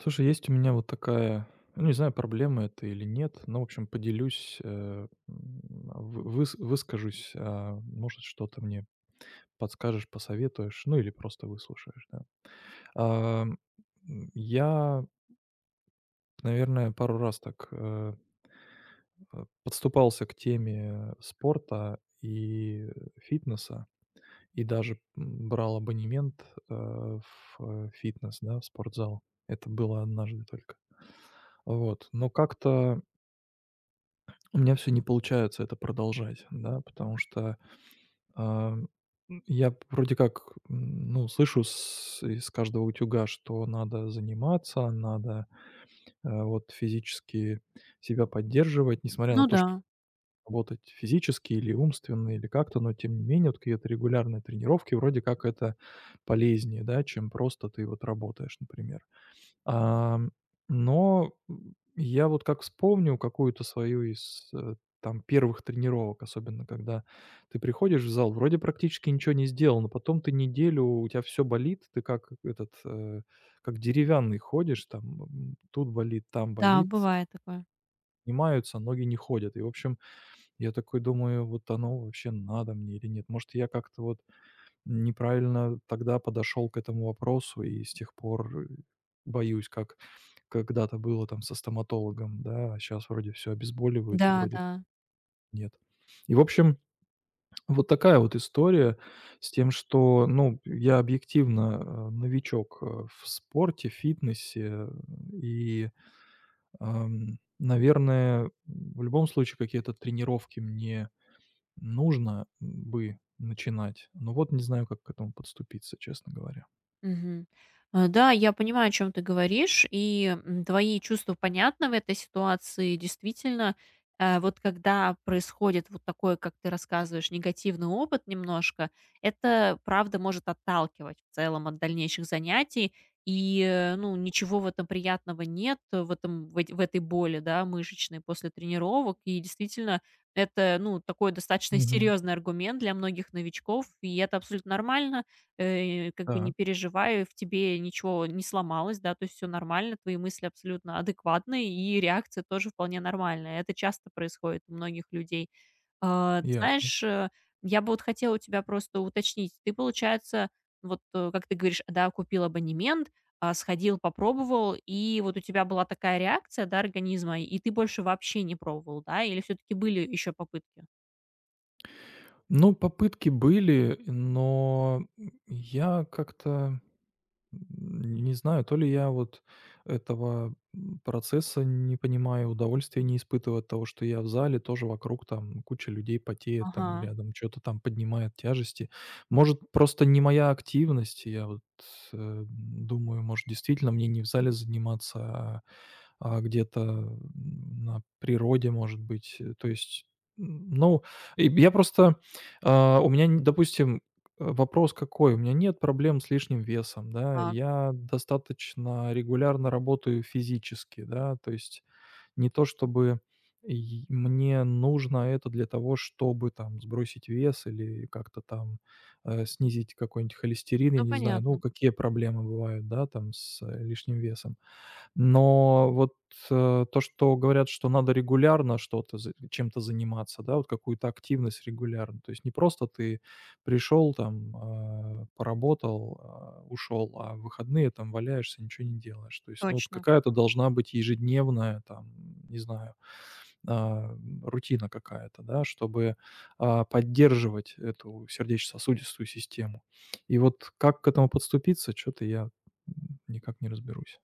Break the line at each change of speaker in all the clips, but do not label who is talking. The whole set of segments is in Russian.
Слушай, есть у меня вот такая, ну, не знаю, проблема это или нет, но, в общем, поделюсь, выскажусь, а, может, что-то мне подскажешь, посоветуешь, ну, или просто выслушаешь, да. А, м, Я, наверное, пару раз так подступался к теме спорта и фитнеса, и даже брал абонемент в фитнес, да, в спортзал. Это было однажды только. Вот, но как-то у меня все не получается это продолжать, да, потому что, я вроде как, ну, слышу с из каждого утюга, что надо заниматься, надо, вот физически себя поддерживать, несмотря на
Ну
то,
да,
что работать физически или умственно, или как-то, но тем не менее вот какие-то регулярные тренировки, вроде как это полезнее, да, чем просто ты вот работаешь, например. Ам, но, я вот как вспомню какую-то свою там первых тренировок, особенно когда ты приходишь в зал, вроде практически ничего не сделал, но потом ты неделю, у тебя все болит, ты как этот, как деревянный ходишь, там, тут болит, там
да,
болит,
бывает такое.
снимаются, ноги не ходят. И, в общем, я такой думаю, вот оно вообще надо мне или нет? Может, я как-то вот неправильно тогда подошел к этому вопросу, и с тех пор, боюсь, как когда-то было там со стоматологом, да, а щас вроде все обезболивают, и
Да,
вроде
да.
нет. И, в общем, вот такая вот история с тем, что, ну, я объективно, новичок, в спорте, фитнесе, и, наверное, в любом случае какие-то тренировки мне нужно бы начинать, но вот не знаю, как к этому подступиться, честно говоря.
Мгм. Да, я понимаю, о чем ты говоришь, и твои чувства понятны в этой ситуации. Действительно, вот когда происходит вот такой, как ты рассказываешь, негативный опыт немножко, это правда может отталкивать в целом от дальнейших занятий, и ну, ничего в этом приятного нет, э, в, этом, в, эт- в этой боли, да, мышечной после тренировок, и действительно это, ну, такой достаточно
Мгм.
серьезный аргумент для многих новичков, и это абсолютно нормально. Как бы
Так,
не переживай, в тебе ничего не сломалось, да, то есть все нормально, твои мысли абсолютно адекватные и реакция тоже вполне нормальная. Это часто происходит у многих людей. Ты
ясно.
знаешь, я бы вот хотела у тебя просто уточнить. Ты, получается, вот, как ты говоришь, да, купил абонемент, сходил, попробовал, и вот у тебя была такая реакция, да, организма, и ты больше вообще не пробовал, да? Или все таки были еще попытки?
Ну, попытки были, но я как-то не знаю, то ли я вот этого, процесса не понимаю, удовольствия не испытываю от того, что я в зале, тоже вокруг там куча людей потеет,
Ага,
там рядом что то там поднимает тяжести. Может, просто не моя активность. Я вот, думаю, может, действительно мне не в зале заниматься, а где-то, на природе, может быть. То есть, ну, и я просто, у меня, н допустим, вопрос какой? У меня нет проблем с лишним весом, да.
так,
Я достаточно регулярно работаю физически, да. То есть не то чтобы й мне нужно это для того, чтобы там сбросить вес или как-то там, снизить какой-нибудь холестерин, я
ну
не знаю. Ну,
понятно,
какие проблемы бывают, да, там с лишним весом. Но вот, то, что говорят, что надо регулярно что-то за чем-то заниматься, да, вот какую-то активность регулярно. То есть не просто ты пришел там, поработал, ушел, а в выходные там валяешься, ничего не делаешь. То есть, ну, вот
точно.
какая-то должна быть ежедневная там, не знаю, а, рутина какая-то, да, чтобы, поддерживать эту сердечно-сосудистую систему. И вот как к этому подступиться, что то я, никак не разберусь.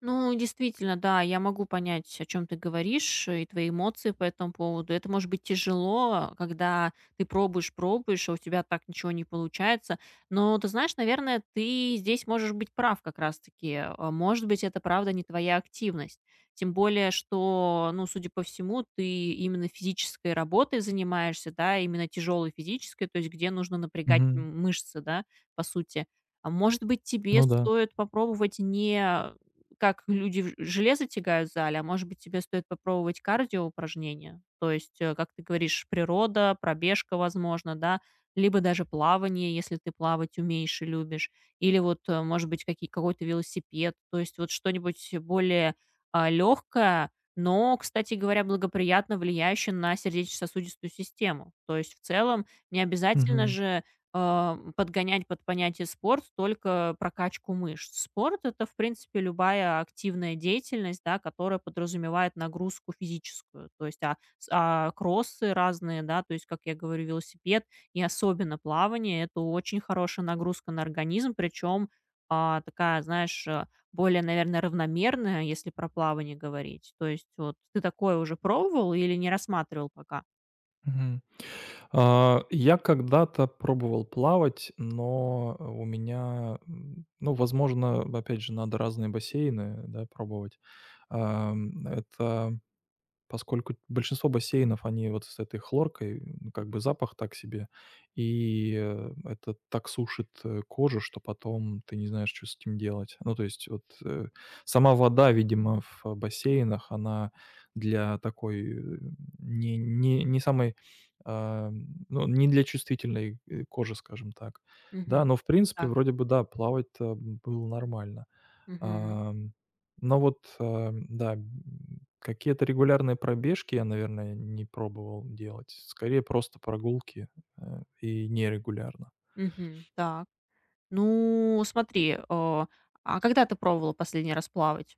Ну, действительно, да, я могу понять, о чем ты говоришь, и твои эмоции по этому поводу. Это может быть тяжело, когда ты пробуешь, пробуешь, а у тебя так ничего не получается. Но ты знаешь, наверное, ты здесь можешь быть прав как раз-таки. Может быть, это правда не твоя активность. Тем более, что, ну, судя по всему, ты именно физической работой занимаешься, да, именно тяжелой физической, то есть где нужно напрягать мышцы, да, по сути. А может быть, тебе
Ну да.
стоит попробовать не как люди в железо тягают в зале, а может быть, тебе стоит попробовать кардиоупражнения. То есть, как ты говоришь, природа, пробежка, возможно, да, либо даже плавание, если ты плавать умеешь и любишь, или вот, может быть, какие какой-то велосипед, то есть вот что-нибудь более, легкое, но, кстати говоря, благоприятно влияющее на сердечно-сосудистую систему. То есть в целом не обязательно
Мгм.
же, подгонять под понятие спорт только прокачку мышц. Спорт это, в принципе, любая активная деятельность, да, которая подразумевает нагрузку физическую. То есть, кроссы разные, да, то есть, как я говорю, велосипед и особенно плавание это очень хорошая нагрузка на организм, причем, такая, знаешь, более, наверное, равномерная, если про плавание говорить. То есть, вот ты такое уже пробовал или не рассматривал пока?
Мгм. Я когда-то пробовал плавать, но у меня, ну, возможно, опять же, надо разные бассейны, да, пробовать. Ам, это Поскольку большинство бассейнов, они вот с этой хлоркой, как бы запах так себе, и, это так сушит, кожу, что потом ты не знаешь, что с этим делать. Ну, то есть вот, сама вода, видимо, в бассейнах, она для такой, не самой, а, ну, не для чувствительной, кожи, скажем так. Да,
Мгм.
но в принципе
Так.
вроде бы, да, плавать-то было нормально.
Мгм.
Ам, но вот, да, какие-то регулярные пробежки я, наверное, не пробовал делать. Скорее просто прогулки, и нерегулярно.
Мгм. Так. Ну, смотри, а когда ты пробовала последний раз плавать?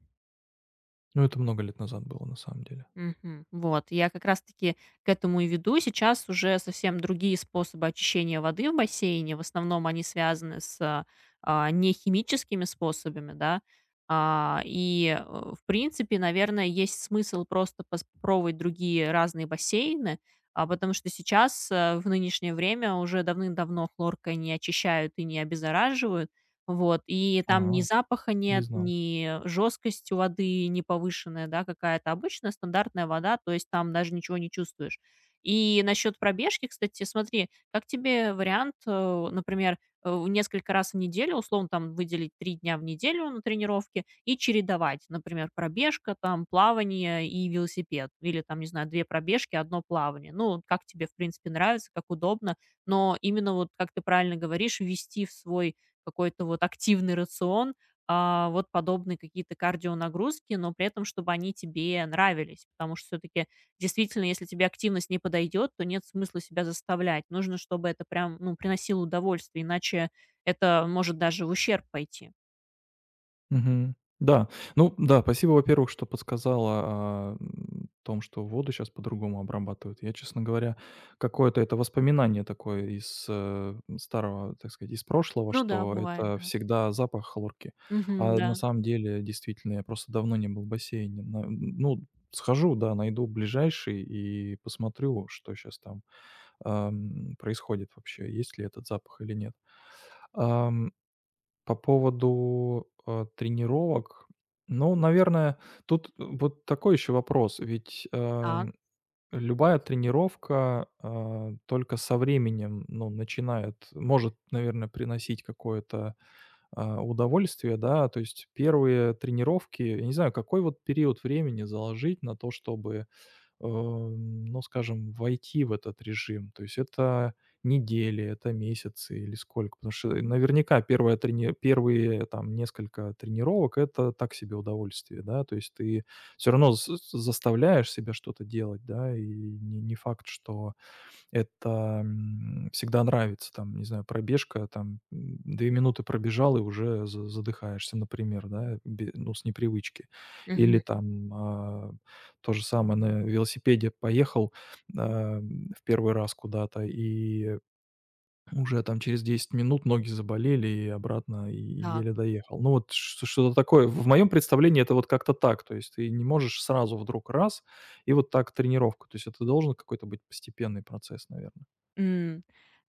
Ну это много лет назад было на самом деле.
Мгм. Вот, я как раз-таки к этому и веду. Сейчас уже совсем другие способы очищения воды в бассейне. В основном они связаны с, нехимическими способами, да. В принципе, наверное, есть смысл просто попробовать другие разные бассейны, потому что сейчас, в нынешнее время, уже давным-давно хлоркой не очищают и не обеззараживают. Вот, и там ни
А.
запаха
Не
нет,
знал.
ни жесткость у воды не повышенная, да, какая-то обычная стандартная вода, то есть там даже ничего не чувствуешь. И насчет пробежки, кстати, смотри, как тебе вариант, например, в несколько раз в неделю, условно, там выделить 3 дня в неделю на тренировки и чередовать, например, пробежка, там, плавание и велосипед, или там, не знаю, 2 пробежки, 1 плавание. Ну, как тебе, в принципе, нравится, как удобно, но именно вот, как ты правильно говоришь, ввести в свой какой-то вот активный рацион, вот подобные какие-то кардионагрузки, но при этом, чтобы они тебе нравились. Потому что все-таки действительно, если тебе активность не подойдет, то нет смысла себя заставлять. Нужно, чтобы это прям, ну, приносило удовольствие, иначе это может даже в ущерб пойти.
Мгм. Да. Ну да, спасибо, во-первых, что подсказала о том, что воду сейчас по-другому обрабатывают. Я, честно говоря, какое-то это воспоминание такое из, старого, так сказать, из прошлого,
Ну да,
что
бывает,
это
да.
всегда запах хлорки.
Мгм,
А на
да.
самом деле, действительно, я просто давно не был в бассейне. На Ну, схожу, да, найду ближайший и посмотрю, что сейчас там, происходит вообще, есть ли этот запах или нет. По поводу, тренировок, ну, наверное, тут вот такой еще вопрос. Ведь,
Так.
любая тренировка, только со временем, ну, начинает может, наверное, приносить какое-то, удовольствие, да. То есть первые тренировки, я не знаю, какой вот период времени заложить на то, чтобы ну, скажем, войти в этот режим? То есть это недели, это месяцы или сколько? Потому что наверняка первая трени первые там несколько тренировок — это так себе удовольствие, да. То есть ты все равно заставляешь себя что-то делать, да, и не факт, что это, всегда нравится. Там, не знаю, пробежка, там, 2 минуты пробежал и уже за задыхаешься, например, да, бе ну, с непривычки. Или
Мгм.
там, то же самое, на велосипеде поехал, в первый раз куда-то, и уже там через 10 минут ноги заболели, и обратно и
Так.
еле доехал. Ну, вот ш что-то такое. В моем представлении это вот как-то так. То есть ты не можешь сразу вдруг раз и вот так тренировку. То есть это должен какой-то быть постепенный процесс, наверное.
М,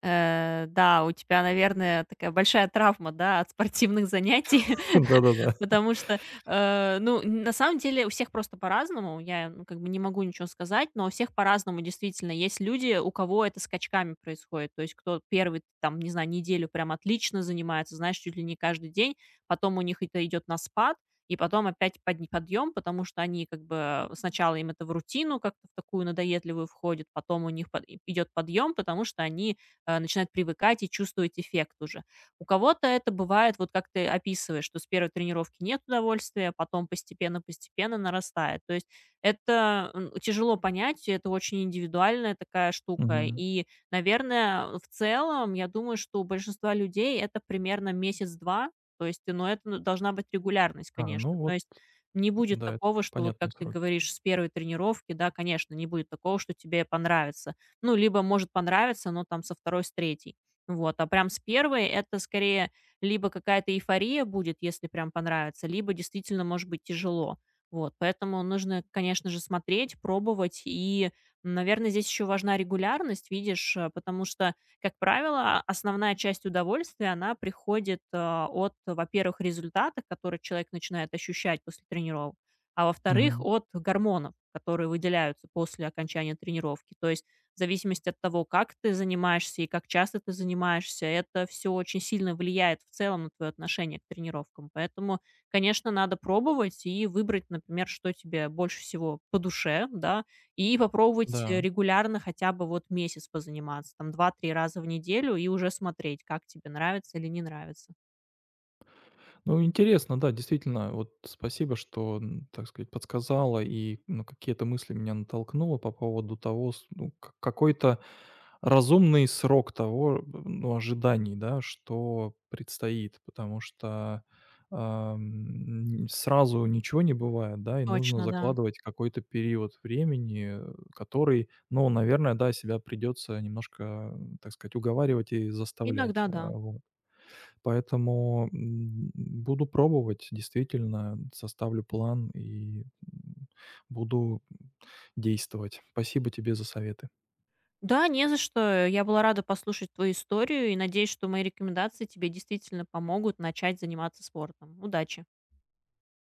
да, у тебя, наверное, такая большая травма, да, от спортивных занятий,
Да-да-да.
потому что, ну, на самом деле у всех просто по-разному, я, ну, как бы не могу ничего сказать, но у всех по-разному действительно. Есть люди, у кого это скачками происходит, то есть кто первый, там, не знаю, неделю прям отлично занимается, знаешь, чуть ли не каждый день, потом у них это идет на спад, и потом опять подъем, потому что они как бы сначала им это в рутину как-то в такую надоедливую входит, потом у них под и идет подъем, потому что они, начинают привыкать и чувствовать эффект уже. У кого-то это бывает, вот как ты описываешь, что с первой тренировки нет удовольствия, а потом постепенно-постепенно нарастает. То есть это, тяжело понять, это очень индивидуальная такая штука.
Мгм.
И, наверное, в целом, я думаю, что у большинства людей это примерно месяц-два, то есть, но это, ну, должна быть регулярность,
Ну
конечно. То
вот,
есть не будет
да, это
такого, что вот как
понятные
ты
сроки.
говоришь, с первой тренировки, да, конечно, не будет такого, что тебе понравится. Ну, либо может понравиться, но там со второй, с третьей. Вот, а прям с первой это скорее либо какая-то эйфория будет, если прям понравится, либо действительно может быть тяжело. Вот, поэтому нужно, конечно же, смотреть, пробовать. И, наверное, здесь еще важна регулярность, видишь, потому что как правило, основная часть удовольствия, она приходит, от, во-первых, результата, который человек начинает ощущать после тренировок, а во-вторых,
Мгм.
от гормонов, которые выделяются после окончания тренировки. То есть в зависимости от того, как ты занимаешься и как часто ты занимаешься, это все очень сильно влияет в целом на твое отношение к тренировкам. Поэтому, конечно, надо пробовать и выбрать, например, что тебе больше всего по душе, да, и попробовать,
Да.
регулярно хотя бы вот месяц позаниматься, там 2-3 раза в неделю, и уже смотреть, как тебе нравится или не нравится.
Ну, интересно, да, действительно. Вот спасибо, что, так сказать, подсказала и ну, какие-то мысли меня натолкнуло по поводу того, ну, какой-то разумный срок того, ну, ожиданий, да, что предстоит, потому что сразу ничего не бывает, да, и нужно
Точно, да.
закладывать какой-то период времени, который, ну, наверное, да, себя придется немножко, так сказать, уговаривать и заставлять.
Иногда да.
Поэтому, буду пробовать, действительно, составлю план и, буду действовать. Спасибо тебе за советы.
Да, не за что. Я была рада послушать твою историю и надеюсь, что мои рекомендации тебе действительно помогут начать заниматься спортом. Удачи!